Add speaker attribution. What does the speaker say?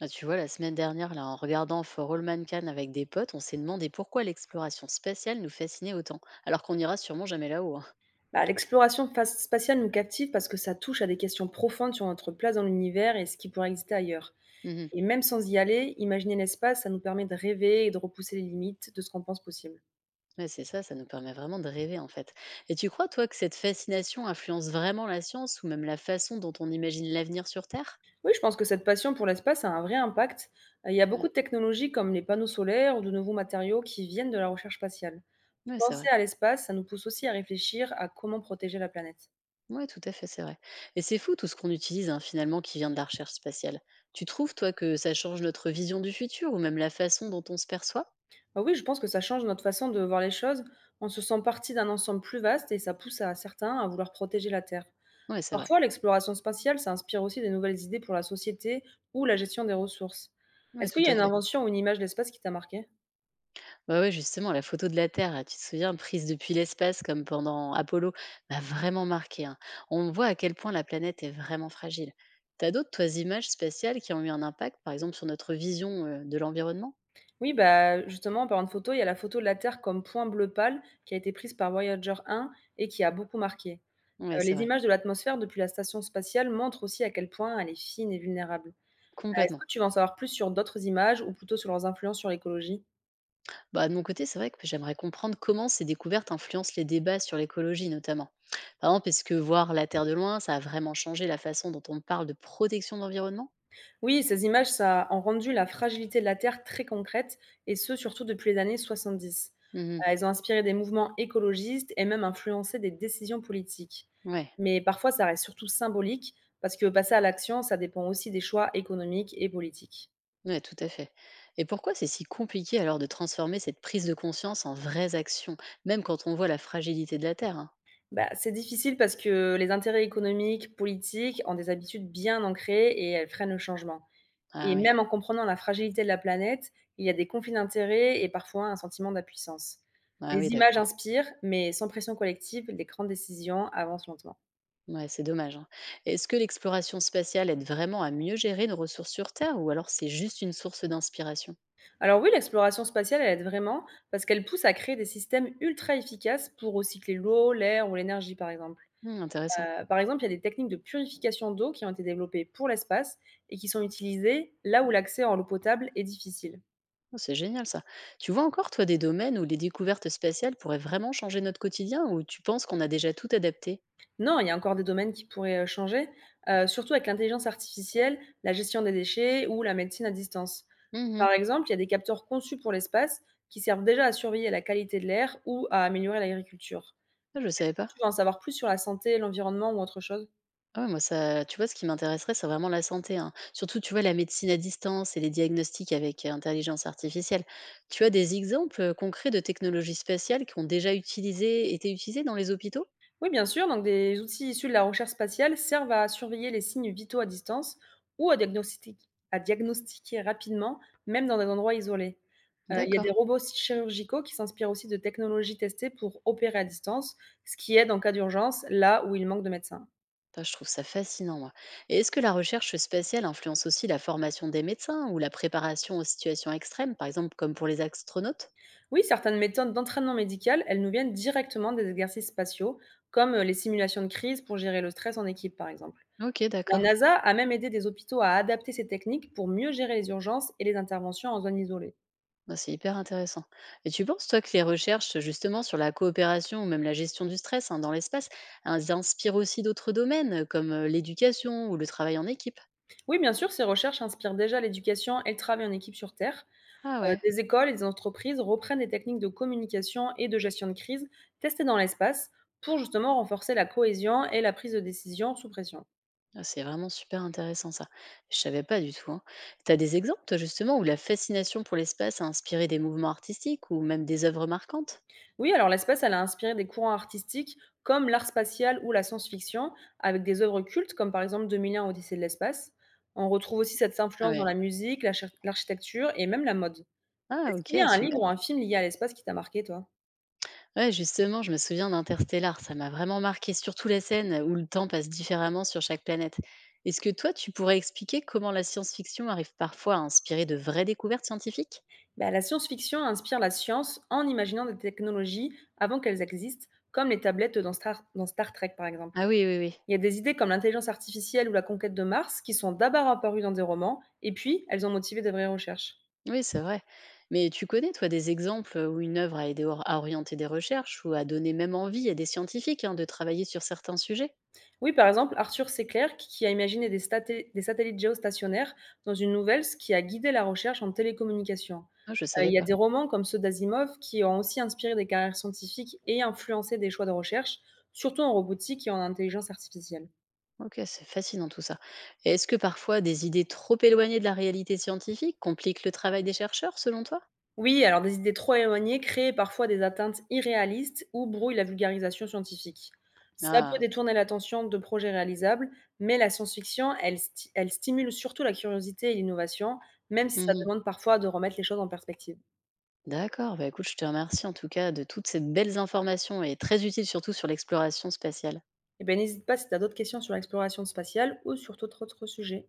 Speaker 1: Ah, tu vois, la semaine dernière, là, en regardant For All Mankind avec des potes, on s'est demandé pourquoi l'exploration spatiale nous fascinait autant, alors qu'on n'ira sûrement jamais là-haut, hein.
Speaker 2: Bah, l'exploration fa spatiale nous captive parce que ça touche à des questions profondes sur notre place dans l'univers et ce qui pourrait exister ailleurs.
Speaker 1: Mhm.
Speaker 2: Et même sans y aller, imaginer l'espace, ça nous permet de rêver et de repousser les limites de ce qu'on pense possible.
Speaker 1: Ouais, c'est ça, ça nous permet vraiment de rêver en fait. Et tu crois, toi, que cette fascination influence vraiment la science ou même la façon dont on imagine l'avenir sur Terre?
Speaker 2: Oui, je pense que cette passion pour l'espace a un vrai impact. Il y a beaucoup
Speaker 1: Ouais,
Speaker 2: de technologies comme les panneaux solaires ou de nouveaux matériaux qui viennent de la recherche spatiale.
Speaker 1: ouais c'est
Speaker 2: Penser
Speaker 1: vrai.
Speaker 2: à l'espace, ça nous pousse aussi à réfléchir à comment protéger la planète.
Speaker 1: Ouais, tout à fait, c'est vrai. Et c'est fou tout ce qu'on utilise hein, finalement qui vient de la recherche spatiale. Tu trouves, toi, que ça change notre vision du futur ou même la façon dont on se perçoit?
Speaker 2: Bah oui, je pense que ça change notre façon de voir les choses. On se sent partie d'un ensemble plus vaste et ça pousse à certains à vouloir protéger la Terre.
Speaker 1: Ouais, c'est vrai.
Speaker 2: Parfois, l'exploration spatiale, ça inspire aussi des nouvelles idées pour la société ou la gestion des ressources.
Speaker 1: Ouais,
Speaker 2: Est-ce qu'il
Speaker 1: tout
Speaker 2: y a
Speaker 1: à
Speaker 2: une
Speaker 1: fait.
Speaker 2: invention ou une image de l'espace qui t'a marqué?
Speaker 1: Ouais, ouais, justement, la photo de la Terre, tu te souviens, prise depuis l'espace comme pendant Apollo, m'a vraiment marqué, hein. On voit à quel point la planète est vraiment fragile. T'as d'autres, toi, images spatiales qui ont eu un impact, par exemple, sur notre vision de l'environnement?
Speaker 2: Oui, bah, justement, en parlant de photo, il y a la photo de la Terre comme point bleu pâle qui a été prise par Voyager 1 et qui a beaucoup marqué.
Speaker 1: Ouais, c'est
Speaker 2: Les
Speaker 1: vrai.
Speaker 2: images de l'atmosphère depuis la station spatiale montrent aussi à quel point elle est fine et vulnérable. Est-ce
Speaker 1: Complètement.
Speaker 2: que tu veux en savoir plus sur d'autres images ou plutôt sur leurs influences sur l'écologie?
Speaker 1: Bah, de mon côté, c'est vrai que j'aimerais comprendre comment ces découvertes influencent les débats sur l'écologie, notamment. Par exemple, est-ce que voir la Terre de loin, ça a vraiment changé la façon dont on parle de protection de l'environnement?
Speaker 2: Oui, ces images, ça ont rendu la fragilité de la Terre très concrète, et ce, surtout depuis les années 70.
Speaker 1: Mhm.
Speaker 2: Elles ont inspiré des mouvements écologistes et même influencé des décisions politiques.
Speaker 1: Ouais.
Speaker 2: Mais parfois, ça reste surtout symbolique, parce que passer à l'action, ça dépend aussi des choix économiques et politiques.
Speaker 1: Ouais, tout à fait. Et pourquoi c'est si compliqué alors de transformer cette prise de conscience en vraies actions, même quand on voit la fragilité de la Terre, hein?
Speaker 2: Bah, c'est difficile parce que les intérêts économiques, politiques ont des habitudes bien ancrées et elles freinent le changement. Et
Speaker 1: Ah oui,
Speaker 2: même en comprenant la fragilité de la planète, il y a des conflits d'intérêts et parfois un sentiment d'impuissance.
Speaker 1: ah oui,
Speaker 2: Les images
Speaker 1: d'accord.
Speaker 2: inspirent, mais sans pression collective, les grandes décisions avancent lentement.
Speaker 1: Ouais, c'est dommage, hein. Est-ce que l'exploration spatiale aide vraiment à mieux gérer nos ressources sur Terre ou alors c'est juste une source d'inspiration?
Speaker 2: Alors oui, l'exploration spatiale, elle aide vraiment parce qu'elle pousse à créer des systèmes ultra efficaces pour recycler l'eau, l'air ou l'énergie, par exemple.
Speaker 1: Hmm, intéressant.
Speaker 2: Par exemple, il y a des techniques de purification d'eau qui ont été développées pour l'espace et qui sont utilisées là où l'accès en eau potable est difficile.
Speaker 1: Oh, c'est génial ça. Tu vois encore, toi, des domaines où les découvertes spatiales pourraient vraiment changer notre quotidien ou tu penses qu'on a déjà tout adapté?
Speaker 2: Non, il y a encore des domaines qui pourraient, changer, surtout avec l'intelligence artificielle, la gestion des déchets ou la médecine à distance. Par
Speaker 1: Mhm.
Speaker 2: exemple, il y a des capteurs conçus pour l'espace qui servent déjà à surveiller la qualité de l'air ou à améliorer l'agriculture.
Speaker 1: Ah, je ne savais pas.
Speaker 2: Tu veux en savoir plus sur la santé, l'environnement ou autre chose?
Speaker 1: Ah ouais, moi ça tu vois, ce qui m'intéresserait, c'est vraiment la santé, hein. Surtout, tu vois, la médecine à distance et les diagnostics avec, intelligence artificielle. Tu as des exemples, concrets de technologies spatiales qui ont déjà utilisé été utilisées dans les hôpitaux?
Speaker 2: Oui, bien sûr. Donc, des outils issus de la recherche spatiale servent à surveiller les signes vitaux à distance ou à diagnostiquer rapidement, même dans des endroits isolés. Il y a
Speaker 1: D'accord.
Speaker 2: des robots chirurgicaux qui s'inspirent aussi de technologies testées pour opérer à distance, ce qui aide en cas d'urgence là où il manque de médecins.
Speaker 1: Bah, je trouve ça fascinant, moi. Et est-ce que la recherche spatiale influence aussi la formation des médecins ou la préparation aux situations extrêmes, par exemple comme pour les astronautes?
Speaker 2: Oui, certaines méthodes d'entraînement médical, elles nous viennent directement des exercices spatiaux, comme les simulations de crise pour gérer le stress en équipe, par exemple.
Speaker 1: OK,
Speaker 2: La
Speaker 1: d'accord.
Speaker 2: NASA a même aidé des hôpitaux à adapter ces techniques pour mieux gérer les urgences et les interventions en zone isolée.
Speaker 1: Ah, c'est hyper intéressant. Et tu penses, toi, que les recherches justement sur la coopération ou même la gestion du stress hein, dans l'espace, elles inspirent aussi d'autres domaines comme l'éducation ou le travail en équipe?
Speaker 2: Oui, bien sûr, ces recherches inspirent déjà l'éducation et le travail en équipe sur Terre.
Speaker 1: Ah ouais,
Speaker 2: Des écoles et des entreprises reprennent des techniques de communication et de gestion de crise testées dans l'espace pour justement renforcer la cohésion et la prise de décision sous pression.
Speaker 1: ah, c'est vraiment super intéressant ça. Je savais pas du tout, hein. Tu as des exemples, toi, justement, où la fascination pour l'espace a inspiré des mouvements artistiques ou même des œuvres marquantes?
Speaker 2: Oui, alors l'espace, elle a inspiré des courants artistiques comme l'art spatial ou la science-fiction, avec des œuvres cultes comme par exemple 2001 Odyssée de l'espace. On retrouve aussi cette
Speaker 1: Ah
Speaker 2: influence dans
Speaker 1: ouais.
Speaker 2: la musique, l'architecture et même la mode.
Speaker 1: Ah
Speaker 2: Est-ce qu'il y
Speaker 1: ok,
Speaker 2: a un livre
Speaker 1: super.
Speaker 2: ou un film lié à l'espace qui t'a marqué, toi?
Speaker 1: Ouais, justement, je me souviens d'Interstellar, ça m'a vraiment marqué, surtout la scène où le temps passe différemment sur chaque planète. Est-ce que toi, tu pourrais expliquer comment la science-fiction arrive parfois à inspirer de vraies découvertes scientifiques?
Speaker 2: Bah, la science-fiction inspire la science en imaginant des technologies avant qu'elles existent, comme les tablettes dans Star Trek par exemple.
Speaker 1: Ah oui, oui, oui.
Speaker 2: Il y a des idées comme l'intelligence artificielle ou la conquête de Mars qui sont d'abord apparues dans des romans, et puis elles ont motivé de vraies recherches.
Speaker 1: Oui, c'est vrai. Mais tu connais, toi, des exemples où une œuvre a aidé à orienter des recherches ou a donné même envie à des scientifiques hein, de travailler sur certains sujets?
Speaker 2: Oui, par exemple, Arthur C. Clarke qui a imaginé des satellites géostationnaires dans une nouvelle, ce qui a guidé la recherche en télécommunication.
Speaker 1: Ah, je
Speaker 2: Il
Speaker 1: savais
Speaker 2: y a
Speaker 1: pas.
Speaker 2: des romans comme ceux d'Asimov qui ont aussi inspiré des carrières scientifiques et influencé des choix de recherche, surtout en robotique et en intelligence artificielle.
Speaker 1: Ok, c'est fascinant tout ça. Et est-ce que parfois des idées trop éloignées de la réalité scientifique compliquent le travail des chercheurs, selon toi?
Speaker 2: Oui, alors des idées trop éloignées créent parfois des atteintes irréalistes ou brouillent la vulgarisation scientifique. Ça peut
Speaker 1: Ah.
Speaker 2: détourner l'attention de projets réalisables, mais la science-fiction, elle, elle stimule surtout la curiosité et l'innovation, même si ça demande parfois de remettre les choses en perspective.
Speaker 1: D'accord, bah écoute, je te remercie en tout cas de toutes ces belles informations et très utiles surtout sur l'exploration spatiale.
Speaker 2: Eh bien, n'hésite pas si tu as d'autres questions sur l'exploration spatiale ou sur tout autre sujet.